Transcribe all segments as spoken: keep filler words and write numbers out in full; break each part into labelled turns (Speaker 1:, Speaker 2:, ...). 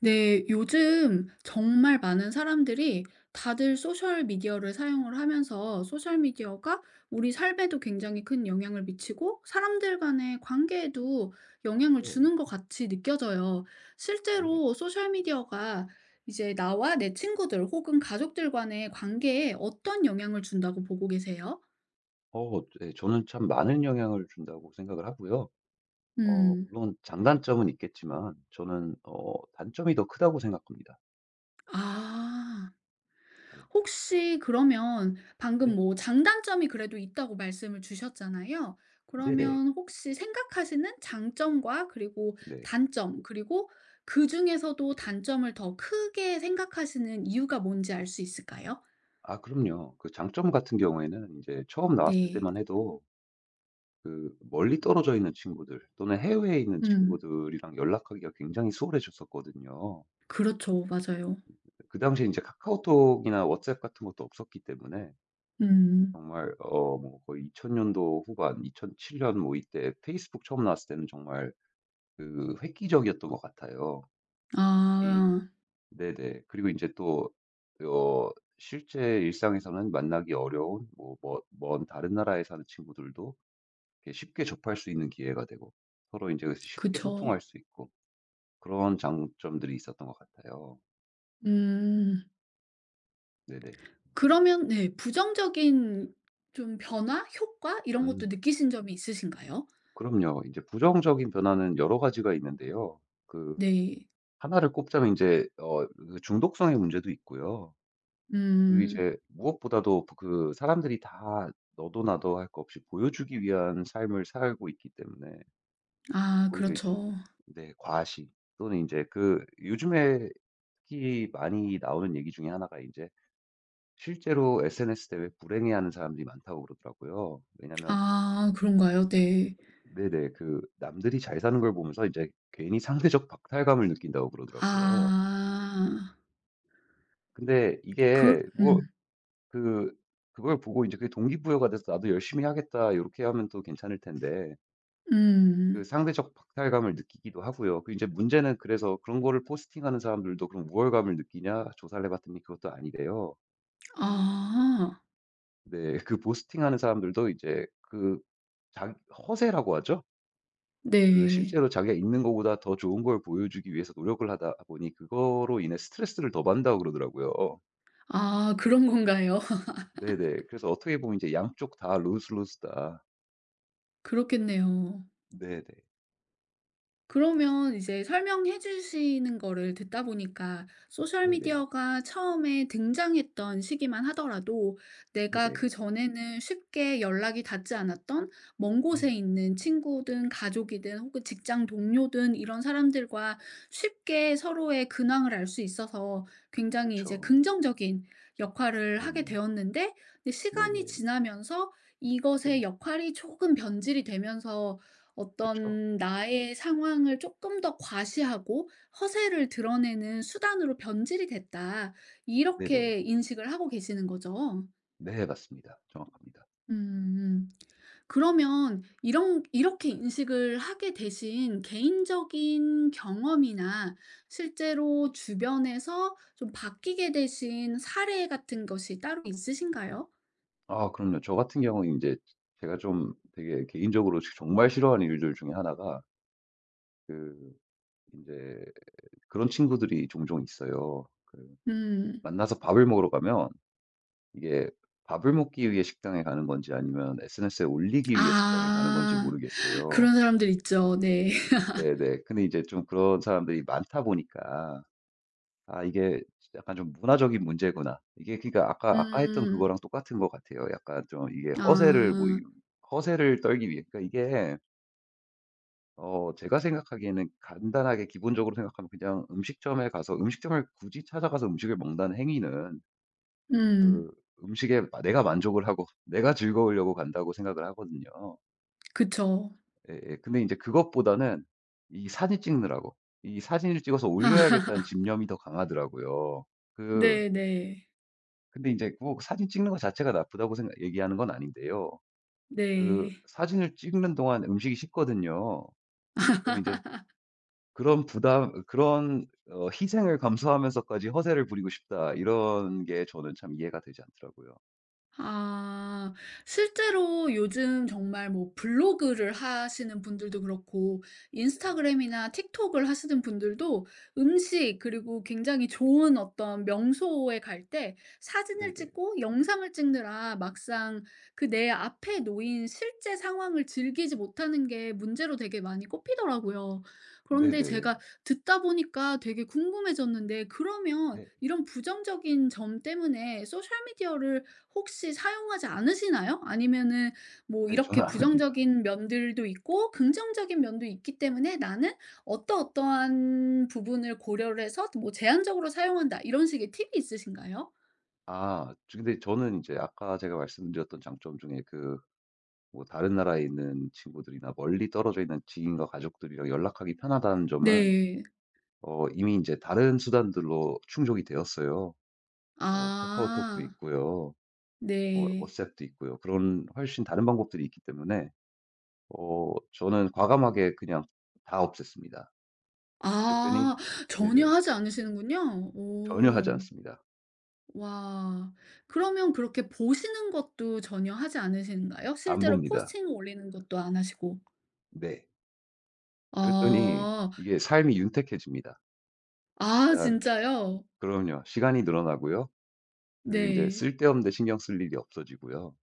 Speaker 1: 네, 요즘 정말 많은 사람들이 다들 소셜 미디어를 사용을 하면서 소셜 미디어가 우리 삶에도 굉장히 큰 영향을 미치고 사람들 간의 관계에도 영향을
Speaker 2: 네.
Speaker 1: 주는 것 같이 느껴져요.
Speaker 2: 네.
Speaker 1: 실제로 소셜 미디어가 이제 나와 내 친구들 혹은 가족들 간의 관계에 어떤 영향을 준다고 보고 계세요?
Speaker 2: 어 네. 저는 참 많은 영향을 준다고 생각을 하고요. 어
Speaker 1: 음.
Speaker 2: 물론 장단점은 있겠지만 저는 어 단점이 더 크다고 생각합니다.
Speaker 1: 아.
Speaker 2: 네.
Speaker 1: 혹시 그러면 방금
Speaker 2: 네.
Speaker 1: 뭐 장단점이 그래도 있다고 말씀을 주셨잖아요.
Speaker 2: 네네.
Speaker 1: 그러면 혹시 생각하시는 장점과 그리고
Speaker 2: 네.
Speaker 1: 단점, 그리고 그중에서도 단점을 더 크게 생각하시는 이유가 뭔지 알 수 있을까요?
Speaker 2: 아 그럼요. 그 장점 같은 경우에는 이제 처음 나왔을
Speaker 1: 네.
Speaker 2: 때만 해도 그 멀리 떨어져 있는 친구들 또는 해외에 있는
Speaker 1: 음.
Speaker 2: 친구들이랑 연락하기가 굉장히 수월해졌었거든요.
Speaker 1: 그렇죠. 맞아요.
Speaker 2: 그 당시에 이제 카카오톡이나 왓츠앱 같은 것도 없었기 때문에
Speaker 1: 음.
Speaker 2: 정말 어 뭐 거의 이천 년도 후반 이천칠 년 뭐 이때 페이스북 처음 나왔을 때는 정말 그 획기적이었던 것 같아요. 이
Speaker 1: 아.
Speaker 2: 네네. 그리고 인제 또 어 실제 일상에서는 만나기 어려운 뭐 먼 먼 다른 나라에 사는 친구들도 이렇게 쉽게 접할 수 있는 기회가 되고 서로 인제 그 쉽게
Speaker 1: 그쵸.
Speaker 2: 소통할 수 있고 그런 장점들이 있었던 것 같아요.
Speaker 1: 음.
Speaker 2: 네네.
Speaker 1: 그러면 네 부정적인 좀 변화, 효과 이런 것도
Speaker 2: 음.
Speaker 1: 느끼신 점이 있으신가요?
Speaker 2: 그럼요. 인제 부정적인 변화는 여러 가지가 있는데요. 그
Speaker 1: 네.
Speaker 2: 하나를 꼽자면 인제 어 그 중독성의 문제도 있고요. 그리고
Speaker 1: 음.
Speaker 2: 이제 무엇보다도 그 사람들이 다 너도 나도 할 것 없이 보여주기 위한 삶을 살고 있기 때문에
Speaker 1: 아
Speaker 2: 오히려 이제
Speaker 1: 그렇죠.
Speaker 2: 네 과시 또는 인제 그 요즘에 특히 많이 나오는 얘기 중에 하나가 인제 실제로 에스엔에스 때문에 불행해하는 사람들이 많다고 그러더라고요. 왜냐면
Speaker 1: 아 그런가요? 네.
Speaker 2: 네네 그 남들이 잘 사는 걸 보면서 이제 괜히 상대적 박탈감을 느낀다고 그러더라고요.
Speaker 1: 아.
Speaker 2: 근데
Speaker 1: 그
Speaker 2: 이게 뭐
Speaker 1: 음.
Speaker 2: 그 그걸 보고 이제 그게 동기부여가 돼서 '나도 열심히 하겠다 요렇게 하면 또 괜찮을 텐데 그
Speaker 1: 음.
Speaker 2: 상대적 박탈감을 느끼기도 하고요. 그 이제 문제는 그래서 그런 거를 포스팅하는 사람들도 그럼 우월감을 느끼냐 조사를 해 봤더니 그것도 아니래요.
Speaker 1: 아.
Speaker 2: 네. 그 포스팅하는 사람들도 이제 그 자기 허세라고 하죠? 그
Speaker 1: 네.
Speaker 2: 실제로 자기가 있는 거보다 더 좋은 걸 보여주기 위해서 노력을 하다 보니 그거로 인해 스트레스를 더 받는다고 그러더라고요.
Speaker 1: 아 그런 건가요?
Speaker 2: 네네. 그래서 어떻게 보면 이제 '양쪽 다 루스루스다
Speaker 1: 그렇겠네요.
Speaker 2: 네네.
Speaker 1: 그러면 이제 설명해 주시는 거를 듣다 보니까 소셜
Speaker 2: 네네.
Speaker 1: 미디어가 처음에 등장했던 시기만 하더라도 내가
Speaker 2: 네네.
Speaker 1: 그전에는 쉽게 연락이 닿지 않았던 먼 곳에
Speaker 2: 네.
Speaker 1: 있는 친구든 가족이든 혹은 직장 동료든 이런 사람들과 쉽게 서로의 근황을 알 수 있어서 굉장히 이제
Speaker 2: 그쵸.
Speaker 1: 긍정적인 역할을 하게
Speaker 2: 그럼요.
Speaker 1: 되었는데 근데 시간이
Speaker 2: 네네.
Speaker 1: 지나면서 이것의
Speaker 2: 네네.
Speaker 1: 역할이 조금 변질이 되면서
Speaker 2: 그쵸,
Speaker 1: 어떤 나의 상황을 조금 더 과시하고 허세를
Speaker 2: 그쵸.
Speaker 1: 드러내는 수단으로 변질이 됐다.
Speaker 2: 네네.
Speaker 1: 이렇게 인식을 하고 계시는 거죠.
Speaker 2: 네 맞습니다. 정확합니다.
Speaker 1: 음. 그러면 이런 이렇게 인식을 하게 되신 개인적인 경험이나 실제로 주변에서 좀 바뀌게 되신 사례 같은 것이 따로 있으신가요?
Speaker 2: 아 그럼요. 저 같은 경우는 인제 제가 좀 되게 개인적으로 지 정말 싫어하는 일들 중에 하나가 그 인제 그런 친구들이 종종 있어요. 그
Speaker 1: 음.
Speaker 2: 만나서 밥을 먹으러 가면 이게 밥을 먹기 위해 식당에 가는 건지 아니면 에스엔에스에 올리기 위해 식당에 가는 건지
Speaker 1: 아.
Speaker 2: 모르겠어요.
Speaker 1: 그런 사람들 있죠. 네.
Speaker 2: 네네. 근데 이제 좀 그런 사람들이 많다 보니까 아 이게 약간 좀 문화적인 문제구나. 이게 그러니까 아까 아까 했던
Speaker 1: 음.
Speaker 2: 그거랑 똑같은 것 같아요. 약간 좀 이게 허세를 뭐 이
Speaker 1: 아.
Speaker 2: 허세를 떨기 위해 그러니까 이게 어 제가 생각하기에는 간단하게 기본적으로 생각하면 그냥 음식점에 가서 음식점을 굳이 찾아가서 음식을 먹는다는 행위는
Speaker 1: 음.
Speaker 2: 그 음식에 마 내가 만족을 하고 내가 즐거우려고 간다고 생각을 하거든요.
Speaker 1: 그쵸.
Speaker 2: 예예. 근데 이제 그것보다는 이 사진 찍느라고 이 '사진을 찍어서 올려야겠다.'는 집념이 더 강하더라고요. 그
Speaker 1: 네네.
Speaker 2: 근데 이제 꼭 사진 찍는 것 자체가 나쁘다고 생각 얘기하는 건 아닌데요.
Speaker 1: 네.
Speaker 2: 그
Speaker 1: 네.
Speaker 2: 사진을 찍는 동안 음식이 식거든요. 그럼 이제 그런 부담 그런 어 '희생을 감수하면서까지 허세를 부리고 싶다.' 이런 게 저는 참 이해가 되지 않더라고요.
Speaker 1: 아. 실제로 요즘 정말 뭐 블로그를 하시는 분들도 그렇고
Speaker 2: 네.
Speaker 1: 인스타그램이나 틱톡을 하시는 분들도 음식 그리고 굉장히 좋은 어떤 명소에 갈 때 사진을
Speaker 2: 네네.
Speaker 1: 찍고 영상을 찍느라 막상 그 내 앞에 놓인 실제 상황을 즐기지 못하는 게 문제로 되게 많이 꼽히더라고요. 그런데
Speaker 2: 네네.
Speaker 1: 제가 듣다 보니까 되게 궁금해졌는데 그러면
Speaker 2: 네.
Speaker 1: 이런 부정적인 점 때문에 소셜 미디어를 혹시 사용하지 않으시나요? 아니면은 뭐
Speaker 2: 네
Speaker 1: 이렇게
Speaker 2: 저는 안 합니다.
Speaker 1: 부정적인 면들도 있고 긍정적인 면도 있기 때문에 '나는 어떠어떠한 부분을 고려를 해서 뭐 제한적으로 사용한다.' 이런 식의 팁이 있으신가요?
Speaker 2: 아 저 근데 저는 이제 아까 제가 말씀드렸던 장점 중에 그 뭐 다른 나라에 있는 친구들이나 멀리 떨어져 있는 지인과 가족들이랑 연락하기 편하다는 점은
Speaker 1: 네.
Speaker 2: 어 이미 이제 다른 수단들로 충족이 되었어요. 뭐 카카오톡도
Speaker 1: 아.
Speaker 2: 있고요. 뭐
Speaker 1: 네.
Speaker 2: 왓츠앱도 있고요. 그런 훨씬 다른 방법들이 있기 때문에 어 저는 과감하게 그냥 다 없앴습니다. 그랬더니
Speaker 1: 아
Speaker 2: 네네.
Speaker 1: 전혀 하지 않으시는군요.
Speaker 2: 전혀 하지
Speaker 1: 오.
Speaker 2: 않습니다.
Speaker 1: 와. 그러면 그렇게 보시는 것도 전혀 하지 않으시는가요?
Speaker 2: 안
Speaker 1: 실제로
Speaker 2: 봅니다.
Speaker 1: 포스팅을 올리는 것도 안 하시고.
Speaker 2: 네. 그랬더니
Speaker 1: 아.
Speaker 2: 이게 삶이 윤택해집니다.
Speaker 1: 아
Speaker 2: 일단
Speaker 1: 진짜요?
Speaker 2: 그럼요. 시간이 늘어나고요. 그리고 이제
Speaker 1: 네.
Speaker 2: 쓸데없는데 신경 쓸 일이 없어지고요.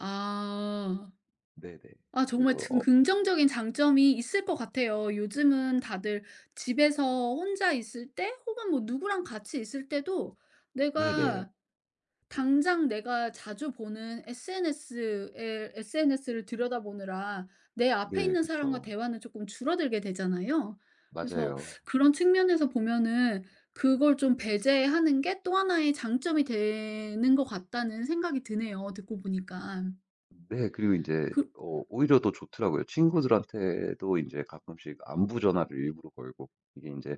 Speaker 1: 아.
Speaker 2: 네네.
Speaker 1: 아
Speaker 2: 그래서
Speaker 1: 정말 좀
Speaker 2: 어
Speaker 1: 긍정적인 장점이 있을 것 같아요. 요즘은 다들 집에서 혼자 있을 때 혹은 뭐 누구랑 같이 있을 때도
Speaker 2: 네네.
Speaker 1: 내가 당장 내가 자주 보는 에스엔에스에 에스엔에스를 들여다보느라 내 앞에
Speaker 2: 네
Speaker 1: 있는 사람과
Speaker 2: 그쵸.
Speaker 1: 대화는 조금 줄어들게 되잖아요. 그래서
Speaker 2: 맞아요.
Speaker 1: 그런 측면에서 보면은 그걸 좀 배제하는 게 또 하나의 장점이 되는 것 같다는 생각이 드네요 듣고 보니까.
Speaker 2: 네. 그리고 이제
Speaker 1: 그
Speaker 2: 어 오히려 더 좋더라고요. 친구들한테도 이제 가끔씩 안부 전화를 일부러 걸고 이게 이제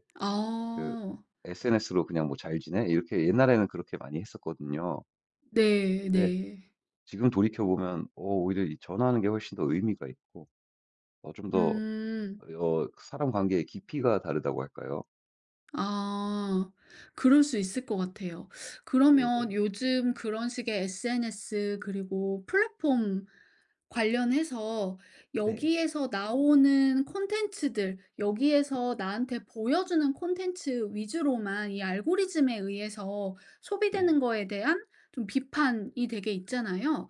Speaker 2: 그
Speaker 1: 아.
Speaker 2: 에스엔에스로 그냥 뭐 "잘 지내?" 이렇게 옛날에는 그렇게 많이 했었거든요.
Speaker 1: 네
Speaker 2: 근데
Speaker 1: 네.
Speaker 2: 지금 돌이켜 보면 어 오히려 이 전화하는 게 훨씬 더 의미가 있고 어 좀 더
Speaker 1: 음.
Speaker 2: 어 사람 관계의 깊이가 다르다고 할까요?
Speaker 1: 아. 그럴 수 있을 것 같아요.
Speaker 2: 네네.
Speaker 1: 그러면
Speaker 2: 네.
Speaker 1: 요즘 그런 식의 에스엔에스 그리고 플랫폼 관련해서
Speaker 2: 네.
Speaker 1: 여기에서 나오는 콘텐츠들, 여기에서 나한테 보여주는 콘텐츠 위주로만 이 알고리즘에 의해서
Speaker 2: 네.
Speaker 1: 소비되는 거에 대한 좀 비판이 되게 있잖아요.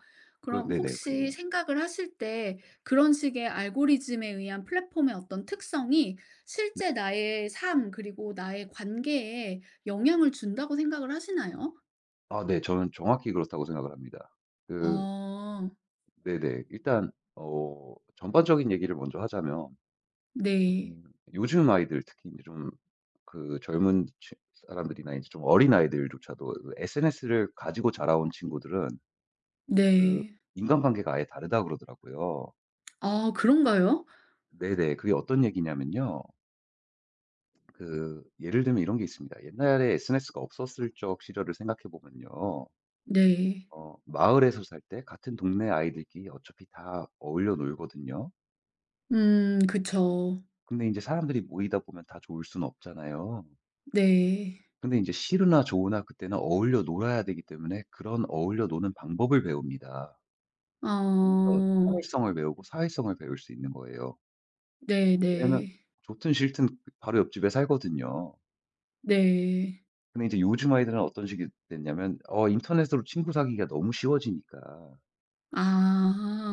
Speaker 2: 그
Speaker 1: 그럼
Speaker 2: 네네.
Speaker 1: 혹시
Speaker 2: 그럼요.
Speaker 1: 생각을 하실 때 그런 식의 알고리즘에 의한 플랫폼의 어떤 특성이 실제 나의 삶, 그리고 나의 관계에
Speaker 2: 네네.
Speaker 1: 영향을 준다고 생각을 하시나요?
Speaker 2: 아 네. 저는 정확히 그렇다고 생각을 합니다. 그
Speaker 1: 아
Speaker 2: 네네. 일단 어 전반적인 얘기를 먼저 하자면
Speaker 1: 네.
Speaker 2: 음 요즘 아이들 특히 이제 좀 그 젊은 치 사람들이나 이제 좀 어린아이들조차도 그 에스엔에스를 가지고 자라온 친구들은 그
Speaker 1: 네.
Speaker 2: 인간관계가 아예 다르다 그러더라고요.
Speaker 1: 아 그런가요?
Speaker 2: 네네. 그게 어떤 얘기냐면요. 그 예를 들면 이런 게 있습니다. 옛날에 에스엔에스가 없었을 적 시절을 생각해 보면요.
Speaker 1: 네.
Speaker 2: 어 마을에서 살 때 같은 동네 아이들끼리 어차피 다 어울려 놀거든요.
Speaker 1: 음 그쵸.
Speaker 2: 근데 이제 사람들이 모이다 보면 다 좋을 수는 없잖아요.
Speaker 1: 네.
Speaker 2: 근데 이제 싫으나 좋으나 그때는 어울려 놀아야 되기 때문에 그런 어울려 노는 방법을 배웁니다. 거기서
Speaker 1: 어.
Speaker 2: 참을성을 배우고 사회성을 배울 수 있는 거예요.
Speaker 1: 네네.
Speaker 2: 왜냐면
Speaker 1: 네.
Speaker 2: 좋든 싫든 그 바로 옆집에 살거든요.
Speaker 1: 네.
Speaker 2: 근데 이제 요즘 아이들은 어떤 식이 됐냐면 어 인터넷으로 친구 사귀기가 너무 쉬워지니까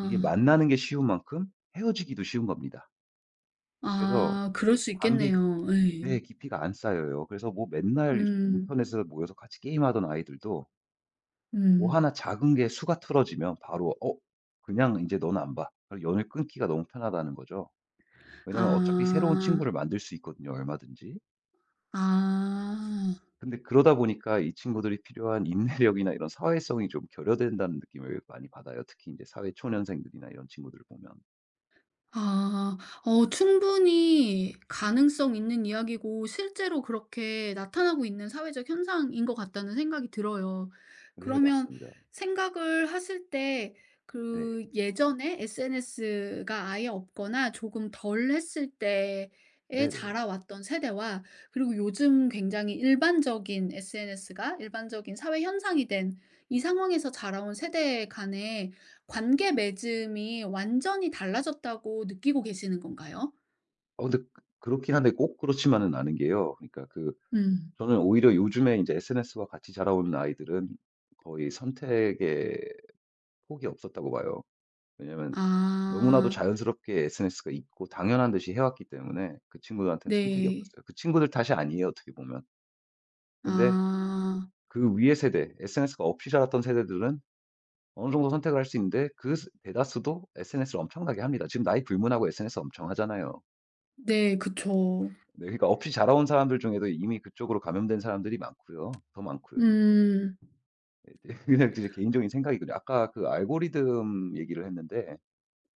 Speaker 2: 이게 만나는 게 쉬운 만큼 헤어지기도 쉬운 겁니다. 그래서
Speaker 1: 아 그럴 수
Speaker 2: 관계
Speaker 1: 있겠네요. 예.
Speaker 2: 의 깊이가 안 쌓여요. 그래서 뭐 맨날 이렇게
Speaker 1: 음.
Speaker 2: 인터넷에서 모여서 같이 게임하던 아이들도 뭐
Speaker 1: 음.
Speaker 2: 하나 작은 게 수가 틀어지면 바로 "어 그냥 인제 너는 안 봐." 그 연을 끊기가 너무 편하다는 거죠. 왜냐면 어차피 새로운
Speaker 1: 아.
Speaker 2: 친구를 만들 수 있거든요, 얼마든지.
Speaker 1: 아.
Speaker 2: 근데 그러다 보니까 이 친구들이 필요한 인내력이나 이런 사회성이 좀 결여된다는 느낌을 많이 받아요. 특히 인제 사회 초년생들이나 이런 친구들을 보면.
Speaker 1: 아. 어 충분히 가능성 있는 이야기고 실제로 그렇게 나타나고 있는 사회적 현상인 것 같다는 생각이 들어요.
Speaker 2: 네
Speaker 1: 그러면
Speaker 2: 맞습니다.
Speaker 1: 생각을 하실 때
Speaker 2: 네.
Speaker 1: 그 예전에 에스엔에스가 아예 없거나 조금 덜 했을 때에
Speaker 2: 네네.
Speaker 1: 자라왔던 세대와 그리고 요즘 굉장히 일반적인 에스엔에스가 일반적인 사회 현상이 된 이 상황에서 자라온 세대 간에 관계 맺음이 완전히 달라졌다고 느끼고 계시는 건가요?
Speaker 2: 어 근데 그 그렇긴 한데 꼭 그렇지만은 않은 게요. 그러니까 그
Speaker 1: 음.
Speaker 2: 저는 오히려 요즘에 인제 에스엔에스와 같이 자라오는 아이들은 거의 선택의 폭이 없었다고 봐요. 왜냐면 너무나도
Speaker 1: 아
Speaker 2: 자연스럽게 에스엔에스가 있고 당연한 듯이 해왔기 때문에 그 친구들한테는 선택이
Speaker 1: 네.
Speaker 2: 없었어요. 그 친구들 탓이 아니에요, 어떻게 보면.
Speaker 1: 아
Speaker 2: 근데 그 위의 세대, 에스엔에스가 없이 자랐던 세대들은 어느 정도 선택을 할 수 있는데 그 스- 대다수도 에스엔에스를 엄청나게 합니다. 지금 나이 불문하고 에스엔에스 엄청 하잖아요.
Speaker 1: 네 그쵸.
Speaker 2: 네, 그러니까 없이 자라온 사람들 중에도 이미 그쪽으로 감염된 사람들이 많고요. 더 많고요.
Speaker 1: 음.
Speaker 2: 네, 네. 그냥 이제 개인적인 생각이거든요. 아까 그 알고리즘 얘기를 했는데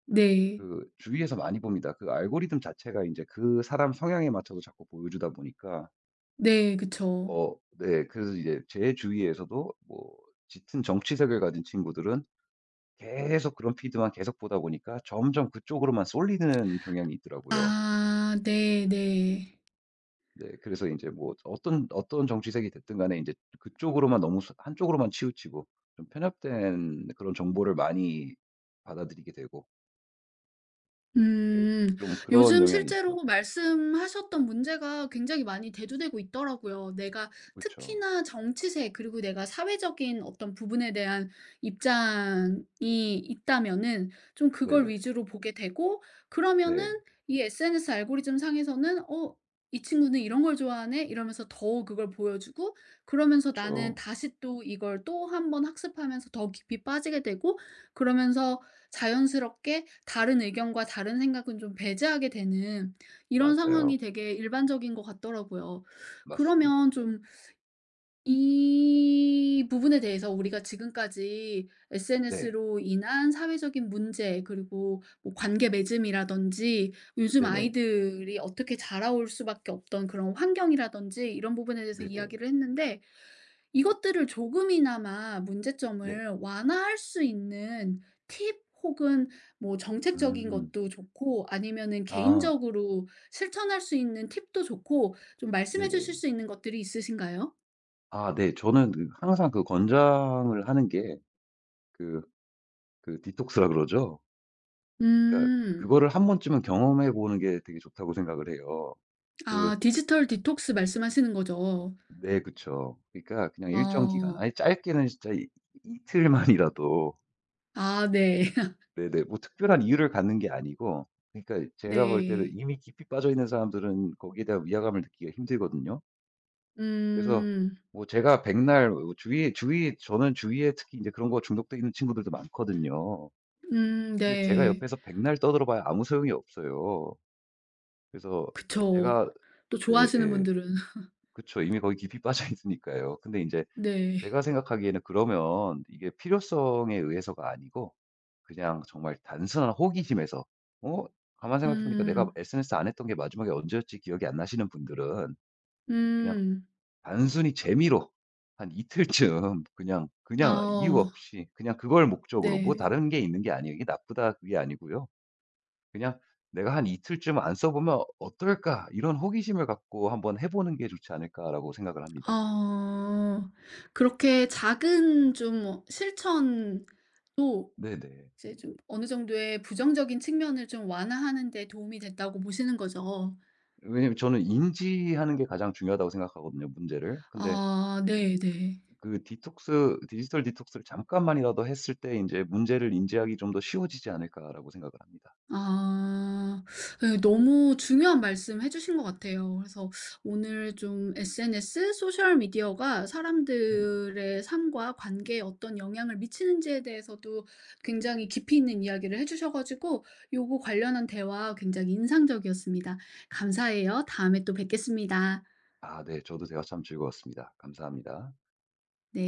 Speaker 1: 네.
Speaker 2: 그 주위에서 많이 봅니다. 그 알고리즘 자체가 이제 그 사람 성향에 맞춰서 자꾸 보여주다 보니까
Speaker 1: 네 그쵸.
Speaker 2: 어 네 그래서 이제 제 주위에서도 뭐 짙은 정치색을 가진 친구들은 계속 그런 피드만 계속 보다 보니까 점점 그쪽으로만 쏠리는 경향이 있더라고요.
Speaker 1: 아 네네.
Speaker 2: 네 그래서 이제 뭐 어떤 어떤 정치색이 됐든 간에 이제 그쪽으로만 너무 쏠 한쪽으로만 치우치고 좀 편협된 그런 정보를 많이 받아들이게 되고 예
Speaker 1: 음.
Speaker 2: 좀 그런
Speaker 1: 요즘
Speaker 2: 영향이
Speaker 1: 실제로
Speaker 2: 있더라고요.
Speaker 1: 말씀하셨던 문제가 굉장히 많이 대두되고 있더라고요. 내가
Speaker 2: 그죠
Speaker 1: 특히나 정치세 그리고 내가 사회적인 어떤 부분에 대한 입장이 있다면은 좀 그걸
Speaker 2: 네네.
Speaker 1: 위주로 보게 되고 그러면은
Speaker 2: 네.
Speaker 1: 이 에스엔에스 알고리즘 상에서는 '어 이 친구는 이런 걸 좋아하네.' 이러면서 더 그걸 보여주고 그러면서
Speaker 2: 그
Speaker 1: 나는
Speaker 2: 죠
Speaker 1: 다시 또 이걸 또 한번 학습하면서 더 깊이 빠지게 되고 그러면서 자연스럽게 다른 의견과 다른 생각은 좀 배제하게 되는 이런 상황이
Speaker 2: 맞아요.
Speaker 1: 되게 일반적인 것 같더라고요.
Speaker 2: 맞습니다.
Speaker 1: 그러면 좀 이 부분에 대해서 우리가 지금까지
Speaker 2: 네.
Speaker 1: 에스엔에스로 인한 사회적인 문제 그리고 뭐 관계 맺음이라든지 요즘
Speaker 2: 네네.
Speaker 1: 아이들이 어떻게 자라올 수밖에 없던 그런 환경이라든지 이런 부분에 대해서
Speaker 2: 네네.
Speaker 1: 이야기를 했는데 이것들을 조금이나마
Speaker 2: 네.
Speaker 1: 문제점을 완화할 수 있는 팁 혹은 뭐 정책적인
Speaker 2: 음.
Speaker 1: 것도 좋고 아니면은
Speaker 2: 아
Speaker 1: 개인적으로 실천할 수 있는 팁도 좋고 좀 말씀해 주실
Speaker 2: 네네.
Speaker 1: 수 있는 것들이 있으신가요?
Speaker 2: 아 네. 저는 그 항상 그 권장을 하는 게 그 그 디톡스라 그러죠. 그러니까
Speaker 1: 음.
Speaker 2: 그거를 한 번쯤은 경험해 보는 게 되게 좋다고 생각을 해요. 그
Speaker 1: 아 디지털 디톡스 말씀하시는 거죠?
Speaker 2: 네 그쵸. 그러니까 그냥 일정 기간
Speaker 1: 어.
Speaker 2: 아예 짧게는 진짜 이 이틀만이라도
Speaker 1: 아 네.
Speaker 2: 네네 뭐 특별한 이유를 갖는 게 아니고 그러니까 제가 볼 때는
Speaker 1: 네.
Speaker 2: 이미 깊이 빠져 있는 사람들은 거기에 대한 위화감을 느끼기가 힘들거든요. 그래서
Speaker 1: 음.
Speaker 2: 뭐 제가 백날 어 주위 주위 저는 주위에 특히 이제 그런 거 중독돼 있는 친구들도 많거든요.
Speaker 1: 음
Speaker 2: 근데 제가
Speaker 1: 네.
Speaker 2: 옆에서 백날 떠들어 봐야 아무 소용이 없어요. 그래서
Speaker 1: 그쵸.
Speaker 2: 제가
Speaker 1: 또 좋아하시는
Speaker 2: 예예.
Speaker 1: 분들은
Speaker 2: 그쵸. 이미 거기 깊이 빠져 있으니까요. 근데 인제
Speaker 1: 네.
Speaker 2: 제가 생각하기에는 그러면 이게 필요성에 의해서가 아니고 그냥 정말 단순한 호기심에서 어 가만 생각해 보니까 내가
Speaker 1: 음.
Speaker 2: 에스엔에스 안 했던 게 마지막에 언제였지 기억이 안 나시는 분들은 그냥
Speaker 1: 음.
Speaker 2: 단순히 재미로 한 이틀쯤 그냥, 그냥 이유
Speaker 1: 어
Speaker 2: 없이 그냥 그걸 목적으로 뭐
Speaker 1: 네.
Speaker 2: 다른 게 있는 게 아니에요. 이게 나쁘다 그게 아니고요. 그냥 '내가 한 이틀쯤 안 써 보면 어떨까?' 이런 호기심을 갖고 한번 해 보는 게 좋지 않을까라고 생각을 합니다.
Speaker 1: 어. 그렇게 작은 좀 어, 실천도
Speaker 2: 네네.
Speaker 1: 이제 좀 어느 정도의 부정적인 측면을 좀 완화하는 데 도움이 됐다고 보시는 거죠?
Speaker 2: 왜냐면 저는 인지하는 게 가장 중요하다고 생각하거든요, 문제를. 근데
Speaker 1: 아 네네.
Speaker 2: 그 디톡스 디지털 디톡스를 잠깐만이라도 했을 때 인제 '문제를 인지하기 좀 더 쉬워지지 않을까.'라고 생각을 합니다.
Speaker 1: 아. 네, 너무 중요한 말씀 해 주신 것 같아요. 그래서 오늘 좀 에스엔에스 소셜 미디어가
Speaker 2: 네네.
Speaker 1: 사람들의 삶과 관계에 어떤 영향을 미치는지에 대해서도 굉장히 깊이 있는 이야기를 해 주셔 가지고 요거 관련한 대화 굉장히 인상적이었습니다. 감사해요. 다음에 또 뵙겠습니다.
Speaker 2: 아 네. 저도 대화 참 즐거웠습니다. 감사합니다.
Speaker 1: 네.